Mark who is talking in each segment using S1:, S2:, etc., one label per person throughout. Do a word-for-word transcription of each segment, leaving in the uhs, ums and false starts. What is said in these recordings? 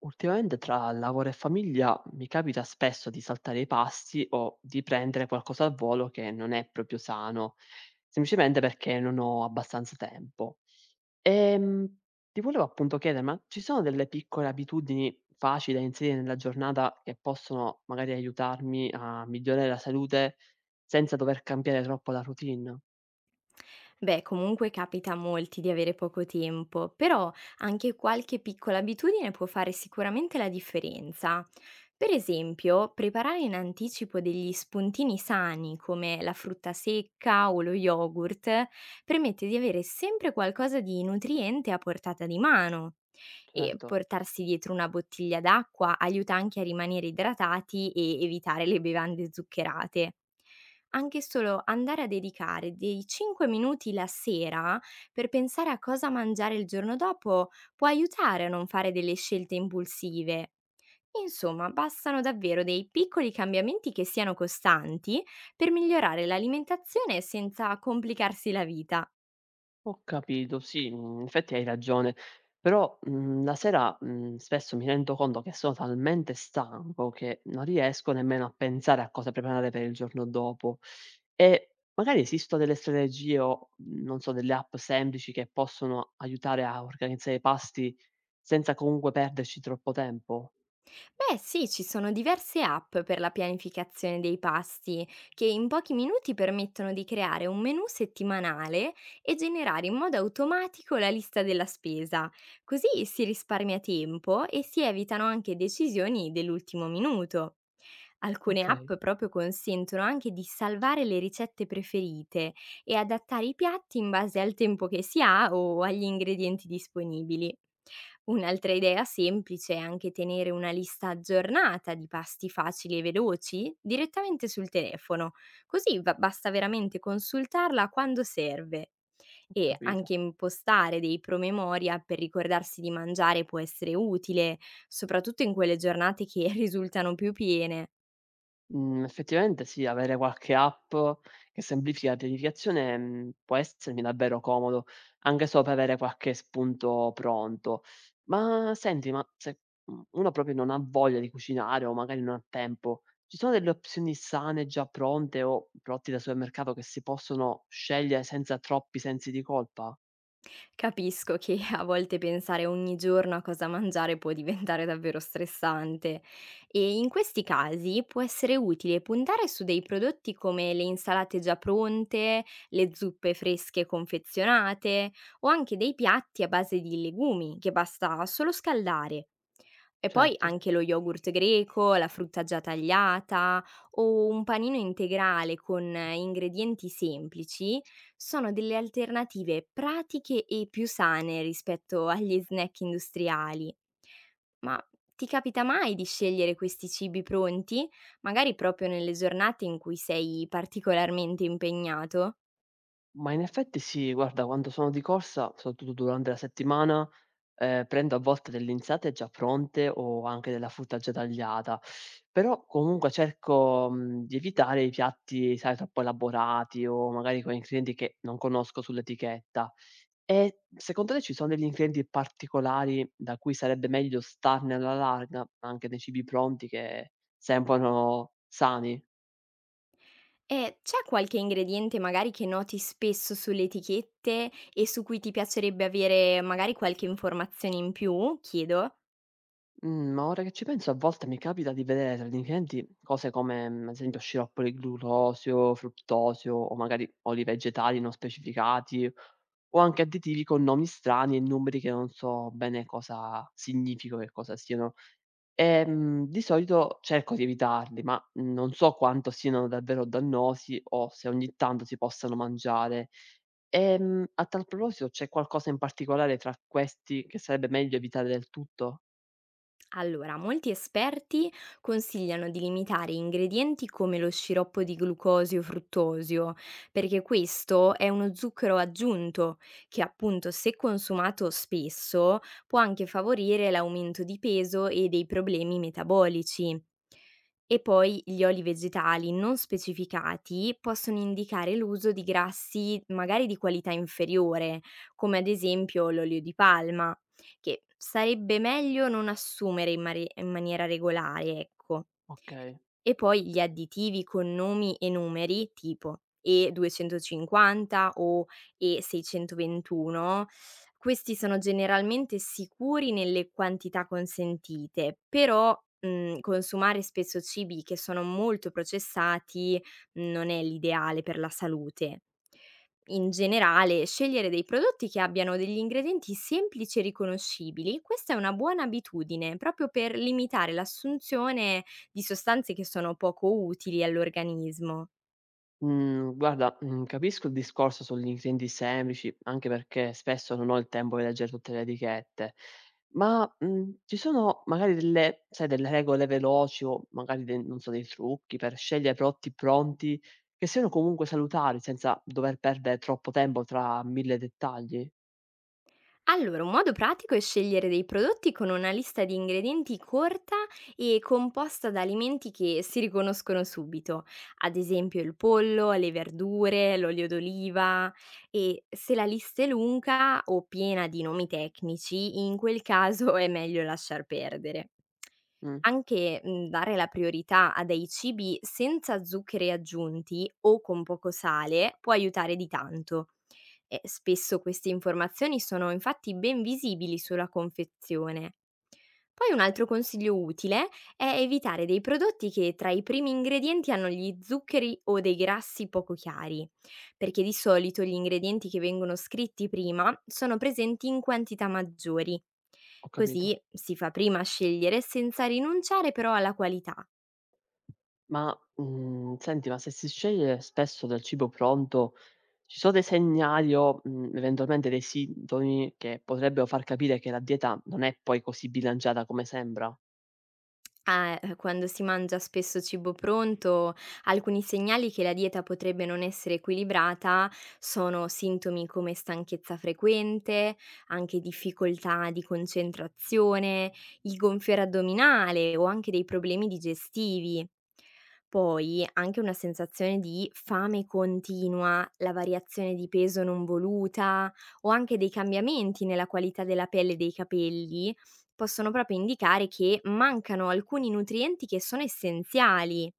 S1: Ultimamente tra lavoro e famiglia mi capita spesso di saltare i pasti o di prendere qualcosa al volo che non è proprio sano, semplicemente perché non ho abbastanza tempo. Ehm, Ti volevo appunto chiedere, ma ci sono delle piccole abitudini facili da inserire nella giornata che possono magari aiutarmi a migliorare la salute senza dover cambiare troppo la routine?
S2: Beh, comunque capita a molti di avere poco tempo, però anche qualche piccola abitudine può fare sicuramente la differenza. Per esempio, preparare in anticipo degli spuntini sani come la frutta secca o lo yogurt permette di avere sempre qualcosa di nutriente a portata di mano. E
S1: Certo.
S2: portarsi dietro una bottiglia d'acqua aiuta anche a rimanere idratati e evitare le bevande zuccherate. Anche solo andare a dedicare dei cinque minuti la sera per pensare a cosa mangiare il giorno dopo può aiutare a non fare delle scelte impulsive. Insomma, bastano davvero dei piccoli cambiamenti che siano costanti per migliorare l'alimentazione senza complicarsi la vita.
S1: Ho capito, sì, mhmm, in effetti hai ragione. Però, mhmm, la sera, mhmm, spesso mi rendo conto che sono talmente stanco che non riesco nemmeno a pensare a cosa preparare per il giorno dopo. E magari esistono delle strategie o, mhmm, non so, delle app semplici che possono aiutare a organizzare i pasti senza comunque perderci troppo tempo?
S2: Beh sì, ci sono diverse app per la pianificazione dei pasti che in pochi minuti permettono di creare un menu settimanale e generare in modo automatico la lista della spesa. Così si risparmia tempo e si evitano anche decisioni dell'ultimo minuto. Alcune
S1: Okay,
S2: app proprio consentono anche di salvare le ricette preferite e adattare i piatti in base al tempo che si ha o agli ingredienti disponibili. Un'altra idea semplice è anche tenere una lista aggiornata di pasti facili e veloci direttamente sul telefono, così va- basta veramente consultarla quando serve.
S1: ho
S2: E
S1: capito.
S2: anche impostare dei promemoria per ricordarsi di mangiare può essere utile, soprattutto in quelle giornate che risultano più piene.
S1: Mhmm, effettivamente sì, avere qualche app che semplifica la pianificazione, mhmm, può essermi davvero comodo, anche solo per avere qualche spunto pronto. Ma senti, ma se, mhmm, uno proprio non ha voglia di cucinare o magari non ha tempo, ci sono delle opzioni sane già pronte o prodotti da supermercato che si possono scegliere senza troppi sensi di colpa?
S2: Capisco che a volte pensare ogni giorno a cosa mangiare può diventare davvero stressante e in questi casi può essere utile puntare su dei prodotti come le insalate già pronte, le zuppe fresche confezionate o anche dei piatti a base di legumi che basta solo scaldare. E poi
S1: Certo.
S2: anche lo yogurt greco, la frutta già tagliata o un panino integrale con eh, ingredienti semplici sono delle alternative pratiche e più sane rispetto agli snack industriali. Ma ti capita mai di scegliere questi cibi pronti, magari proprio nelle giornate in cui sei particolarmente impegnato?
S1: Ma in effetti sì, guarda, quando sono di corsa, soprattutto durante la settimana, ehm, prendo a volte delle insalate già pronte o anche della frutta già tagliata, però comunque cerco, mhmm, di evitare i piatti, sai, troppo elaborati o magari con ingredienti che non conosco sull'etichetta. E secondo te ci sono degli ingredienti particolari da cui sarebbe meglio starne alla larga, anche nei cibi pronti che sembrano sani?
S2: Eh, c'è qualche ingrediente magari che noti spesso sulle etichette e su cui ti piacerebbe avere magari qualche informazione in più? Chiedo.
S1: Mhmm, ma ora che ci penso a volte mi capita di vedere tra i miei clienti cose come, mhmm, ad esempio sciroppo di glucosio, fruttosio o magari oli vegetali non specificati o anche additivi con nomi strani e numeri che non so bene cosa significo e cosa siano. Ehm, di solito cerco di evitarli, ma non so quanto siano davvero dannosi o se ogni tanto si possano mangiare. Ehm, a tal proposito c'è qualcosa in particolare tra questi che sarebbe meglio evitare del tutto?
S2: Allora, molti esperti consigliano di limitare ingredienti come lo sciroppo di glucosio fruttosio, perché questo è uno zucchero aggiunto che appunto se consumato spesso può anche favorire l'aumento di peso e dei problemi metabolici. E poi gli oli vegetali non specificati possono indicare l'uso di grassi magari di qualità inferiore, come ad esempio l'olio di palma che sarebbe meglio non assumere in mari in maniera regolare, ecco.
S1: Okay.
S2: E poi gli additivi con nomi e numeri, tipo E duecentocinquanta o E seicentoventuno, questi sono generalmente sicuri nelle quantità consentite, però, mhmm, consumare spesso cibi che sono molto processati non è l'ideale per la salute. In generale, scegliere dei prodotti che abbiano degli ingredienti semplici e riconoscibili, questa è una buona abitudine, proprio per limitare l'assunzione di sostanze che sono poco utili all'organismo.
S1: Mhmm, guarda, mhmm, capisco il discorso sugli ingredienti semplici, anche perché spesso non ho il tempo di leggere tutte le etichette, ma, mhmm, ci sono magari delle, sai, delle regole veloci o magari de non so, dei trucchi per scegliere prodotti pronti che siano comunque salutari senza dover perdere troppo tempo tra mille dettagli?
S2: Allora, un modo pratico è scegliere dei prodotti con una lista di ingredienti corta e composta da alimenti che si riconoscono subito, ad esempio il pollo, le verdure, l'olio d'oliva, e se la lista è lunga o piena di nomi tecnici, in quel caso è meglio lasciar perdere.
S1: Mh,
S2: Anche mm, dare la priorità a dei cibi senza zuccheri aggiunti o con poco sale può aiutare di tanto. E spesso queste informazioni sono infatti ben visibili sulla confezione. Poi un altro consiglio utile è evitare dei prodotti che tra i primi ingredienti hanno gli zuccheri o dei grassi poco chiari, perché di solito gli ingredienti che vengono scritti prima sono presenti in quantità maggiori.
S1: ho capito.
S2: Così si fa prima a scegliere senza rinunciare però alla qualità.
S1: Ma, mhmm, senti, ma se si sceglie spesso del cibo pronto, ci sono dei segnali o, mhmm, eventualmente dei sintomi che potrebbero far capire che la dieta non è poi così bilanciata come sembra?
S2: Ah, eh, quando si mangia spesso cibo pronto, alcuni segnali che la dieta potrebbe non essere equilibrata sono sintomi come stanchezza frequente, anche difficoltà di concentrazione, il gonfiore addominale o anche dei problemi digestivi. Poi anche una sensazione di fame continua, la variazione di peso non voluta o anche dei cambiamenti nella qualità della pelle e dei capelli possono proprio indicare che mancano alcuni nutrienti che sono essenziali,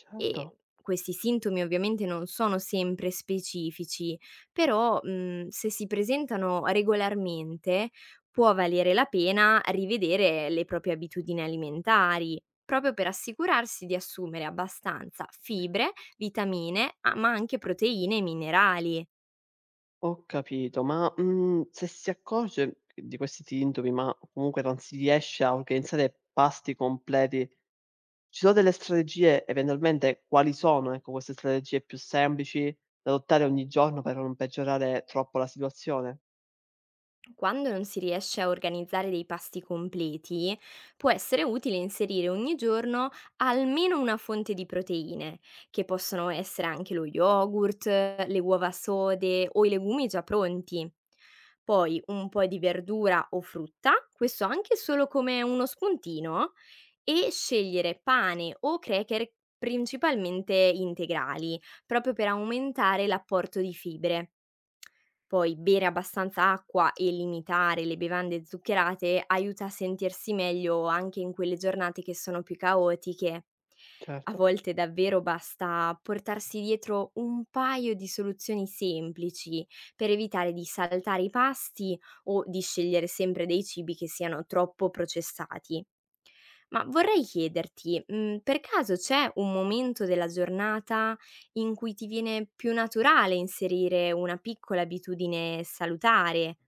S1: Certo,
S2: e questi sintomi ovviamente non sono sempre specifici, però, mhmm, se si presentano regolarmente può valere la pena rivedere le proprie abitudini alimentari, proprio per assicurarsi di assumere abbastanza fibre, vitamine, a ma anche proteine e minerali.
S1: ho capito, ma, mhmm, se si accorge di questi sintomi, ma comunque non si riesce a organizzare pasti completi, ci sono delle strategie, eventualmente quali sono, ecco, queste strategie più semplici da adottare ogni giorno per non peggiorare troppo la situazione?
S2: Quando non si riesce a organizzare dei pasti completi, può essere utile inserire ogni giorno almeno una fonte di proteine, che possono essere anche lo yogurt, le uova sode o i legumi già pronti. Poi un po' di verdura o frutta, questo anche solo come uno spuntino, e scegliere pane o cracker principalmente integrali, proprio per aumentare l'apporto di fibre. Poi bere abbastanza acqua e limitare le bevande zuccherate aiuta a sentirsi meglio anche in quelle giornate che sono più caotiche. A
S1: Certo.
S2: volte davvero basta portarsi dietro un paio di soluzioni semplici per evitare di saltare i pasti o di scegliere sempre dei cibi che siano troppo processati. Ma vorrei chiederti, mhmm, per caso c'è un momento della giornata in cui ti viene più naturale inserire una piccola abitudine salutare?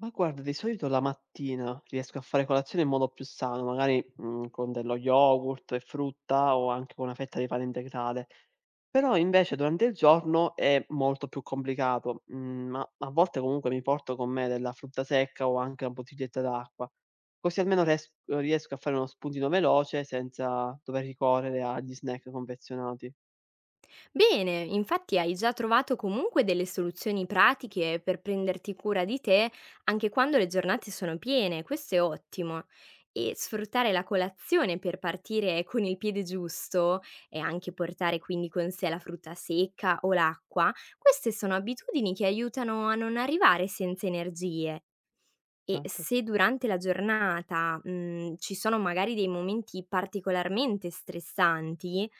S1: Ma guarda, di solito la mattina riesco a fare colazione in modo più sano, magari, mhmm, con dello yogurt e frutta o anche con una fetta di pane integrale. Però invece durante il giorno è molto più complicato, mhmm, ma a volte comunque mi porto con me della frutta secca o anche una bottiglietta d'acqua, così almeno res uhm, riesco a fare uno spuntino veloce senza dover ricorrere agli snack confezionati.
S2: Bene, infatti hai già trovato comunque delle soluzioni pratiche per prenderti cura di te anche quando le giornate sono piene, questo è ottimo. E sfruttare la colazione per partire con il piede giusto e anche portare quindi con sé la frutta secca o l'acqua, queste sono abitudini che aiutano a non arrivare senza energie, e
S1: Certo.
S2: se durante la giornata, mhmm, ci sono magari dei momenti particolarmente stressanti,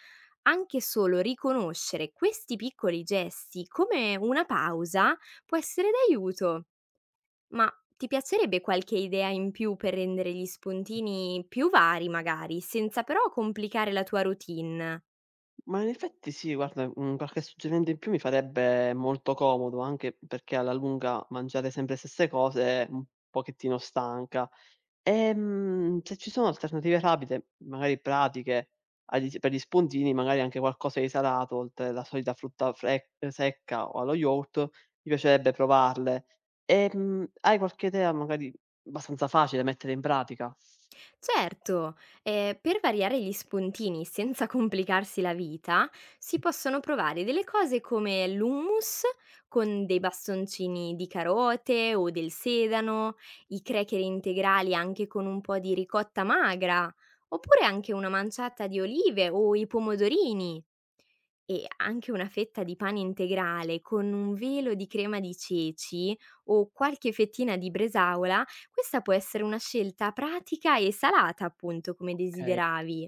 S2: anche solo riconoscere questi piccoli gesti come una pausa può essere d'aiuto. Ma ti piacerebbe qualche idea in più per rendere gli spuntini più vari magari, senza però complicare la tua routine?
S1: Ma in effetti sì, guarda, un qualche suggerimento in più mi farebbe molto comodo, anche perché alla lunga mangiare sempre le stesse cose è un pochettino stanca. Ehm, se ci sono alternative rapide, magari pratiche, agli per gli spuntini, magari anche qualcosa di salato, oltre la solita frutta frec secca o allo yogurt, mi piacerebbe provarle. Ehm, hai qualche idea magari abbastanza facile da mettere in pratica?
S2: Certo, eh, per variare gli spuntini senza complicarsi la vita, si possono provare delle cose come l'hummus con dei bastoncini di carote o del sedano, i cracker integrali anche con un po' di ricotta magra, oppure anche una manciata di olive o i pomodorini. E anche una fetta di pane integrale con un velo di crema di ceci o qualche fettina di bresaola, questa può essere una scelta pratica e salata, appunto, come
S1: Okay.
S2: desideravi.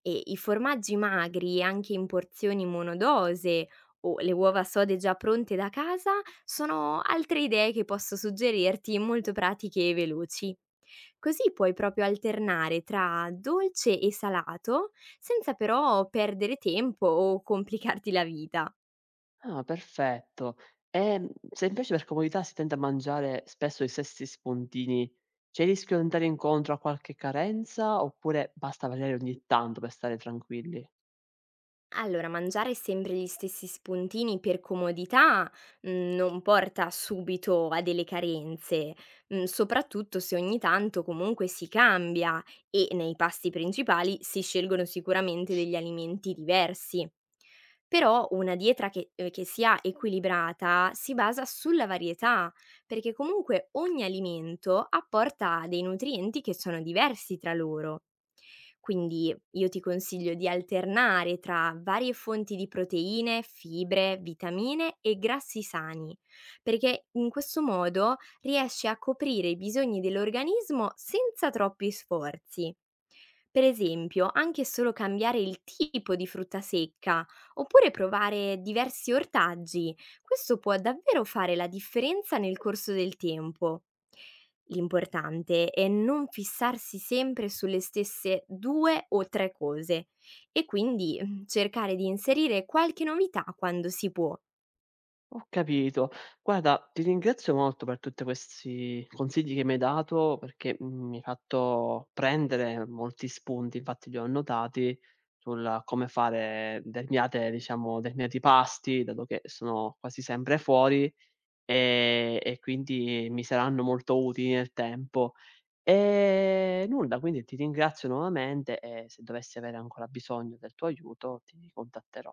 S2: E i formaggi magri, anche in porzioni monodose, o le uova sode già pronte da casa, sono altre idee che posso suggerirti molto pratiche e veloci. Così puoi proprio alternare tra dolce e salato senza però perdere tempo o complicarti la vita.
S1: Ah, perfetto. Ehm, se invece per comodità si tende a mangiare spesso i stessi spuntini, c'è il rischio di andare incontro a qualche carenza oppure basta variare ogni tanto per stare tranquilli?
S2: Allora, mangiare sempre gli stessi spuntini per comodità, mhmm, non porta subito a delle carenze, mhmm, soprattutto se ogni tanto comunque si cambia e nei pasti principali si scelgono sicuramente degli alimenti diversi. Però una dieta che uhm, che sia equilibrata si basa sulla varietà, perché comunque ogni alimento apporta dei nutrienti che sono diversi tra loro. Quindi io ti consiglio di alternare tra varie fonti di proteine, fibre, vitamine e grassi sani, perché in questo modo riesci a coprire i bisogni dell'organismo senza troppi sforzi. Per esempio, anche solo cambiare il tipo di frutta secca oppure provare diversi ortaggi, questo può davvero fare la differenza nel corso del tempo. L'importante è non fissarsi sempre sulle stesse due o tre cose e quindi, mhmm, cercare di inserire qualche novità quando si può.
S1: Ho capito. Guarda, ti ringrazio molto per tutti questi consigli che mi hai dato perché mm, mi hai fatto prendere molti spunti, infatti li ho annotati, sul come fare determinate, diciamo, determinati pasti, dato che sono quasi sempre fuori. Ehm, e quindi mi saranno molto utili nel tempo. Ehm, nulla, quindi ti ringrazio nuovamente e se dovessi avere ancora bisogno del tuo aiuto ti contatterò.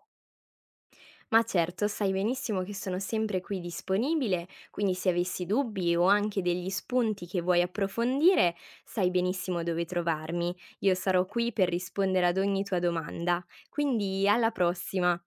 S2: Ma certo, sai benissimo che sono sempre qui disponibile, quindi se avessi dubbi o anche degli spunti che vuoi approfondire, sai benissimo dove trovarmi. Io sarò qui per rispondere ad ogni tua domanda. Quindi alla prossima.